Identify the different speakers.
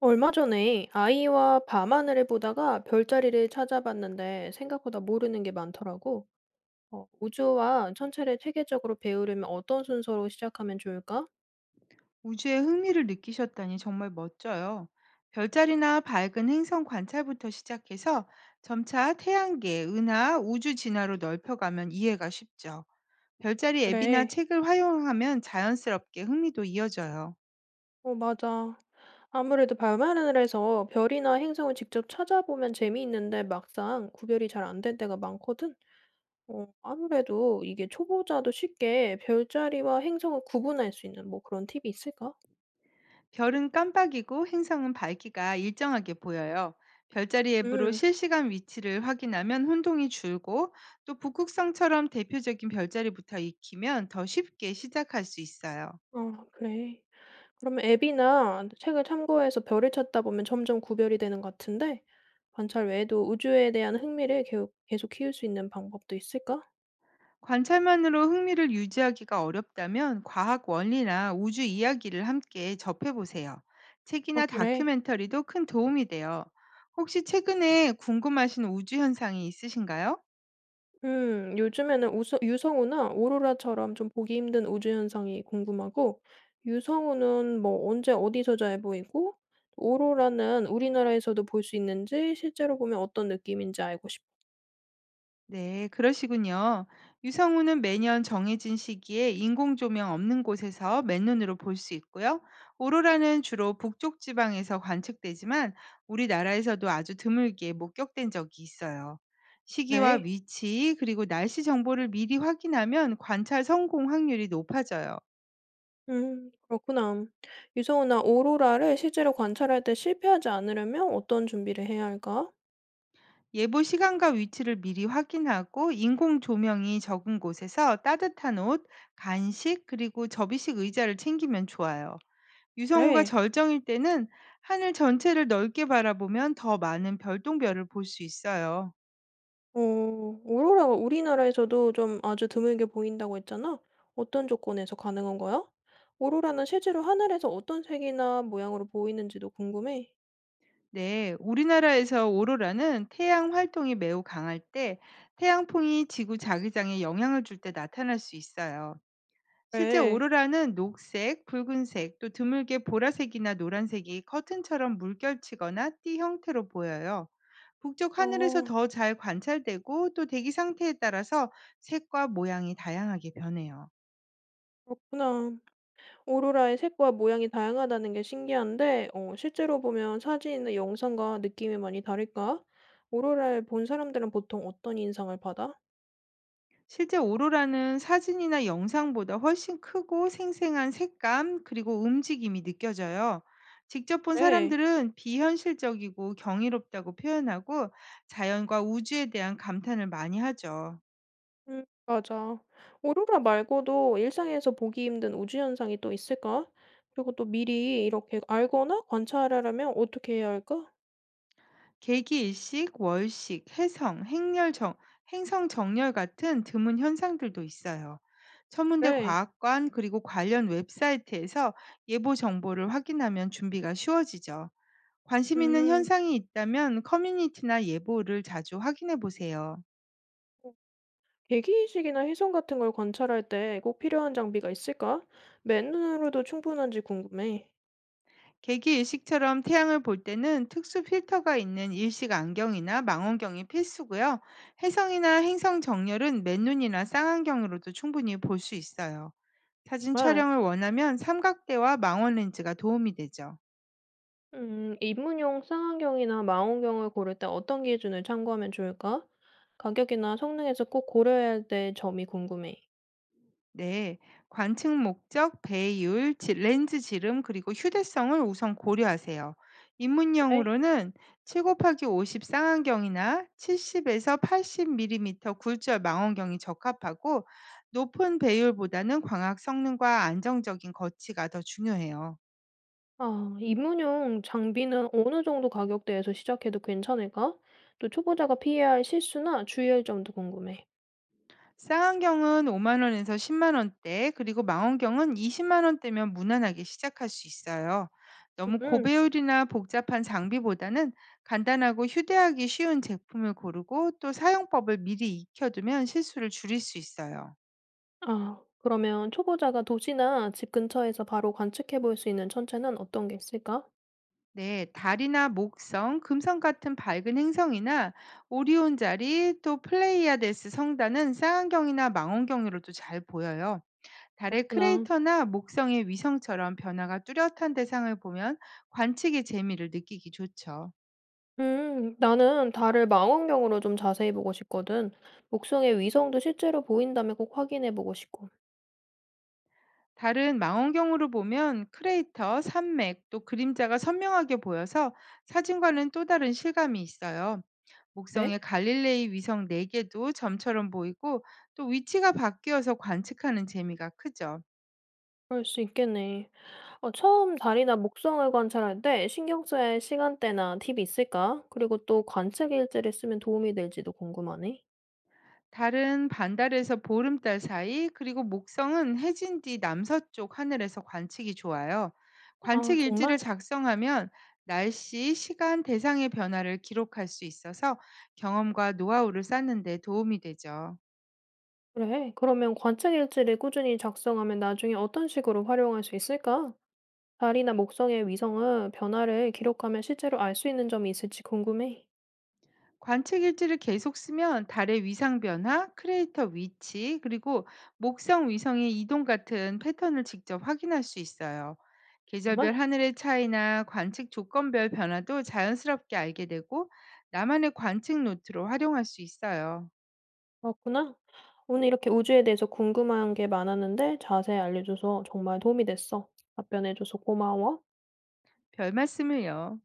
Speaker 1: 얼마 전에 아이와 밤하늘을 보다가 별자리를 찾아봤는데 생각보다 모르는 게 많더라고. 우주와 천체를 체계적으로 배우려면 어떤 순서로 시작하면 좋을까?
Speaker 2: 우주에 흥미를 느끼셨다니 정말 멋져요. 별자리나 밝은 행성 관찰부터 시작해서 점차 태양계, 은하, 우주 진화로 넓혀가면 이해가 쉽죠. 별자리 앱이나
Speaker 1: 그래,
Speaker 2: 책을 활용하면 자연스럽게 흥미도 이어져요.
Speaker 1: 맞아. 아무래도 밤하늘에서 별이나 행성을 직접 찾아보면 재미있는데 막상 구별이 잘 안될 때가 많거든. 아무래도 이게 초보자도 쉽게 별자리와 행성을 구분할 수 있는 뭐 그런 팁이 있을까?
Speaker 2: 별은 깜빡이고 행성은 밝기가 일정하게 보여요. 별자리 앱으로
Speaker 1: 응,
Speaker 2: 실시간 위치를 확인하면 혼동이 줄고 또 북극성처럼 대표적인 별자리부터 익히면 더 쉽게 시작할 수 있어요.
Speaker 1: 어, 그래. 그러면 앱이나 책을 참고해서 별을 찾다 보면 점점 구별이 되는 것 같은데, 관찰 외에도 우주에 대한 흥미를 계속 키울 수 있는 방법도 있을까?
Speaker 2: 관찰만으로 흥미를 유지하기가 어렵다면 과학 원리나 우주 이야기를 함께 접해보세요.
Speaker 1: 아,
Speaker 2: 책이나
Speaker 1: 그래.
Speaker 2: 다큐멘터리도 큰 도움이 돼요. 혹시 최근에 궁금하신 우주 현상이 있으신가요?
Speaker 1: 요즘에는 유성우나 오로라처럼 좀 보기 힘든 우주 현상이 궁금하고, 유성우는 뭐 언제 어디서 잘 보이고, 오로라는 우리나라에서도 볼 수 있는지 실제로 보면 어떤 느낌인지 알고 싶어.
Speaker 2: 네, 그러시군요. 유성우는 매년 정해진 시기에 인공 조명 없는 곳에서 맨눈으로 볼 수 있고요. 오로라는 주로 북쪽 지방에서 관측되지만 우리나라에서도 아주 드물게 목격된 적이 있어요. 시기와
Speaker 1: 그래.
Speaker 2: 위치, 그리고 날씨 정보를 미리 확인하면 관찰 성공 확률이 높아져요.
Speaker 1: 음, 그렇구나. 유성훈아 오로라를 실제로 관찰할 때 실패하지 않으려면 어떤 준비를 해야 할까?
Speaker 2: 예보 시간과 위치를 미리 확인하고 인공 조명이 적은 곳에서 따뜻한 옷, 간식, 그리고 접이식 의자를 챙기면 좋아요. 유성우가
Speaker 1: 네.
Speaker 2: 절정일 때는 하늘 전체를 넓게 바라보면 더 많은 별똥별을 볼 수 있어요.
Speaker 1: 어 오로라가 우리나라에서도 좀 아주 드물게 보인다고 했잖아. 어떤 조건에서 가능한 거야? 오로라는 실제로 하늘에서 어떤 색이나 모양으로 보이는지도 궁금해.
Speaker 2: 네, 우리나라에서 오로라는 태양 활동이 매우 강할 때 태양풍이 지구 자기장에 영향을 줄 때 나타날 수 있어요. 실제
Speaker 1: 네.
Speaker 2: 오로라는 녹색, 붉은색, 또 드물게 보라색이나 노란색이 커튼처럼 물결치거나 띠 형태로 보여요. 북쪽
Speaker 1: 어
Speaker 2: 하늘에서 더 잘 관찰되고 또 대기 상태에 따라서 색과 모양이 다양하게 변해요.
Speaker 1: 그렇구나. 오로라의 색과 모양이 다양하다는 게 신기한데, 실제로 보면 사진이나 영상과 느낌이 많이 다를까? 오로라를 본 사람들은 보통 어떤 인상을 받아?
Speaker 2: 실제 오로라는 사진이나 영상보다 훨씬 크고 생생한 색감 그리고 움직임이 느껴져요. 직접 본
Speaker 1: 네,
Speaker 2: 사람들은 비현실적이고 경이롭다고 표현하고 자연과 우주에 대한 감탄을 많이 하죠.
Speaker 1: 맞아. 오로라 말고도 일상에서 보기 힘든 우주 현상이 또 있을까? 그리고 또 미리 이렇게 알거나 관찰하려면 어떻게 해야 할까?
Speaker 2: 계기일식, 월식, 해성, 행성 정렬 같은 드문 현상들도 있어요. 천문대
Speaker 1: 네,
Speaker 2: 과학관 그리고 관련 웹사이트에서 예보 정보를 확인하면 준비가 쉬워지죠. 관심 있는
Speaker 1: 음,
Speaker 2: 현상이 있다면 커뮤니티나 예보를 자주 확인해 보세요.
Speaker 1: 계 대기이식이나 혜성 같은 걸 관찰할 때 꼭 필요한 장비가 있을까? 맨눈으로도 충분한지 궁금해.
Speaker 2: 개기 일식처럼 태양을 볼 때는 특수 필터가 있는 일식 안경이나 망원경이 필수고요. 해성이나 행성 정렬은 맨눈이나 쌍안경으로도 충분히 볼 수 있어요. 사진
Speaker 1: 정말.
Speaker 2: 촬영을 원하면 삼각대와 망원 렌즈가 도움이 되죠.
Speaker 1: 입문용 쌍안경이나 망원경을 고를 때 어떤 기준을 참고하면 좋을까? 가격이나 성능에서 꼭 고려해야 될 점이 궁금해.
Speaker 2: 네, 관측 목적, 배율, 렌즈 지름, 그리고 휴대성을 우선 고려하세요.
Speaker 1: 그래?
Speaker 2: 입문용으로는 7 곱하기 50 쌍안경이나 70에서 80mm 굴절 망원경이 적합하고 높은 배율보다는 광학 성능과 안정적인 거치가 더 중요해요.
Speaker 1: 아, 입문용 장비는 어느 정도 가격대에서 시작해도 괜찮을까? 또 초보자가 피해야 할 실수나 주의할 점도 궁금해.
Speaker 2: 쌍안경은 5만 원에서 10만 원대, 그리고 망원경은 20만 원대면 무난하게 시작할 수 있어요. 너무
Speaker 1: 음,
Speaker 2: 고배율이나 복잡한 장비보다는 간단하고 휴대하기 쉬운 제품을 고르고 또 사용법을 미리 익혀두면 실수를 줄일 수 있어요.
Speaker 1: 아, 그러면 초보자가 도시나 집 근처에서 바로 관측해 볼 수 있는 천체는 어떤 게 있을까?
Speaker 2: 네, 달이나 목성, 금성 같은 밝은 행성이나 오리온 자리, 또 플레이아데스 성단은 쌍안경이나 망원경으로도 잘 보여요. 달의
Speaker 1: 그렇구나.
Speaker 2: 크레이터나 목성의 위성처럼 변화가 뚜렷한 대상을 보면 관측의 재미를 느끼기 좋죠.
Speaker 1: 나는 달을 망원경으로 좀 자세히 보고 싶거든. 목성의 위성도 실제로 보인다면 꼭 확인해 보고 싶고.
Speaker 2: 달은 망원경으로 보면 크레이터, 산맥, 또 그림자가 선명하게 보여서 사진과는 또 다른 실감이 있어요. 목성의
Speaker 1: 에?
Speaker 2: 갈릴레이 위성 4개도 점처럼 보이고 또 위치가 바뀌어서 관측하는 재미가 크죠.
Speaker 1: 그럴 수 있겠네. 처음 달이나 목성을 관찰할 때 신경 써야 할 시간대나 팁이 있을까? 그리고 또 관측 일지를 쓰면 도움이 될지도 궁금하네.
Speaker 2: 달은 반달에서 보름달 사이, 그리고 목성은 해진 뒤 남서쪽 하늘에서 관측이 좋아요.
Speaker 1: 아,
Speaker 2: 관측 일지를
Speaker 1: 정말?
Speaker 2: 작성하면 날씨, 시간, 대상의 변화를 기록할 수 있어서 경험과 노하우를 쌓는 데 도움이 되죠.
Speaker 1: 그래. 그러면 관측 일지를 꾸준히 작성하면 나중에 어떤 식으로 활용할 수 있을까? 달이나 목성의 위성은 변화를 기록하면 실제로 알 수 있는 점이 있을지 궁금해.
Speaker 2: 관측일지를 계속 쓰면 달의 위상 변화, 크레이터 위치, 그리고 목성 위성의 이동 같은 패턴을 직접 확인할 수 있어요. 계절별
Speaker 1: 정말?
Speaker 2: 하늘의 차이나 관측 조건별 변화도 자연스럽게 알게 되고 나만의 관측 노트로 활용할 수 있어요.
Speaker 1: 그렇구나. 오늘 이렇게 우주에 대해서 궁금한 게 많았는데 자세히 알려줘서 정말 도움이 됐어. 답변해줘서 고마워.
Speaker 2: 별 말씀을요.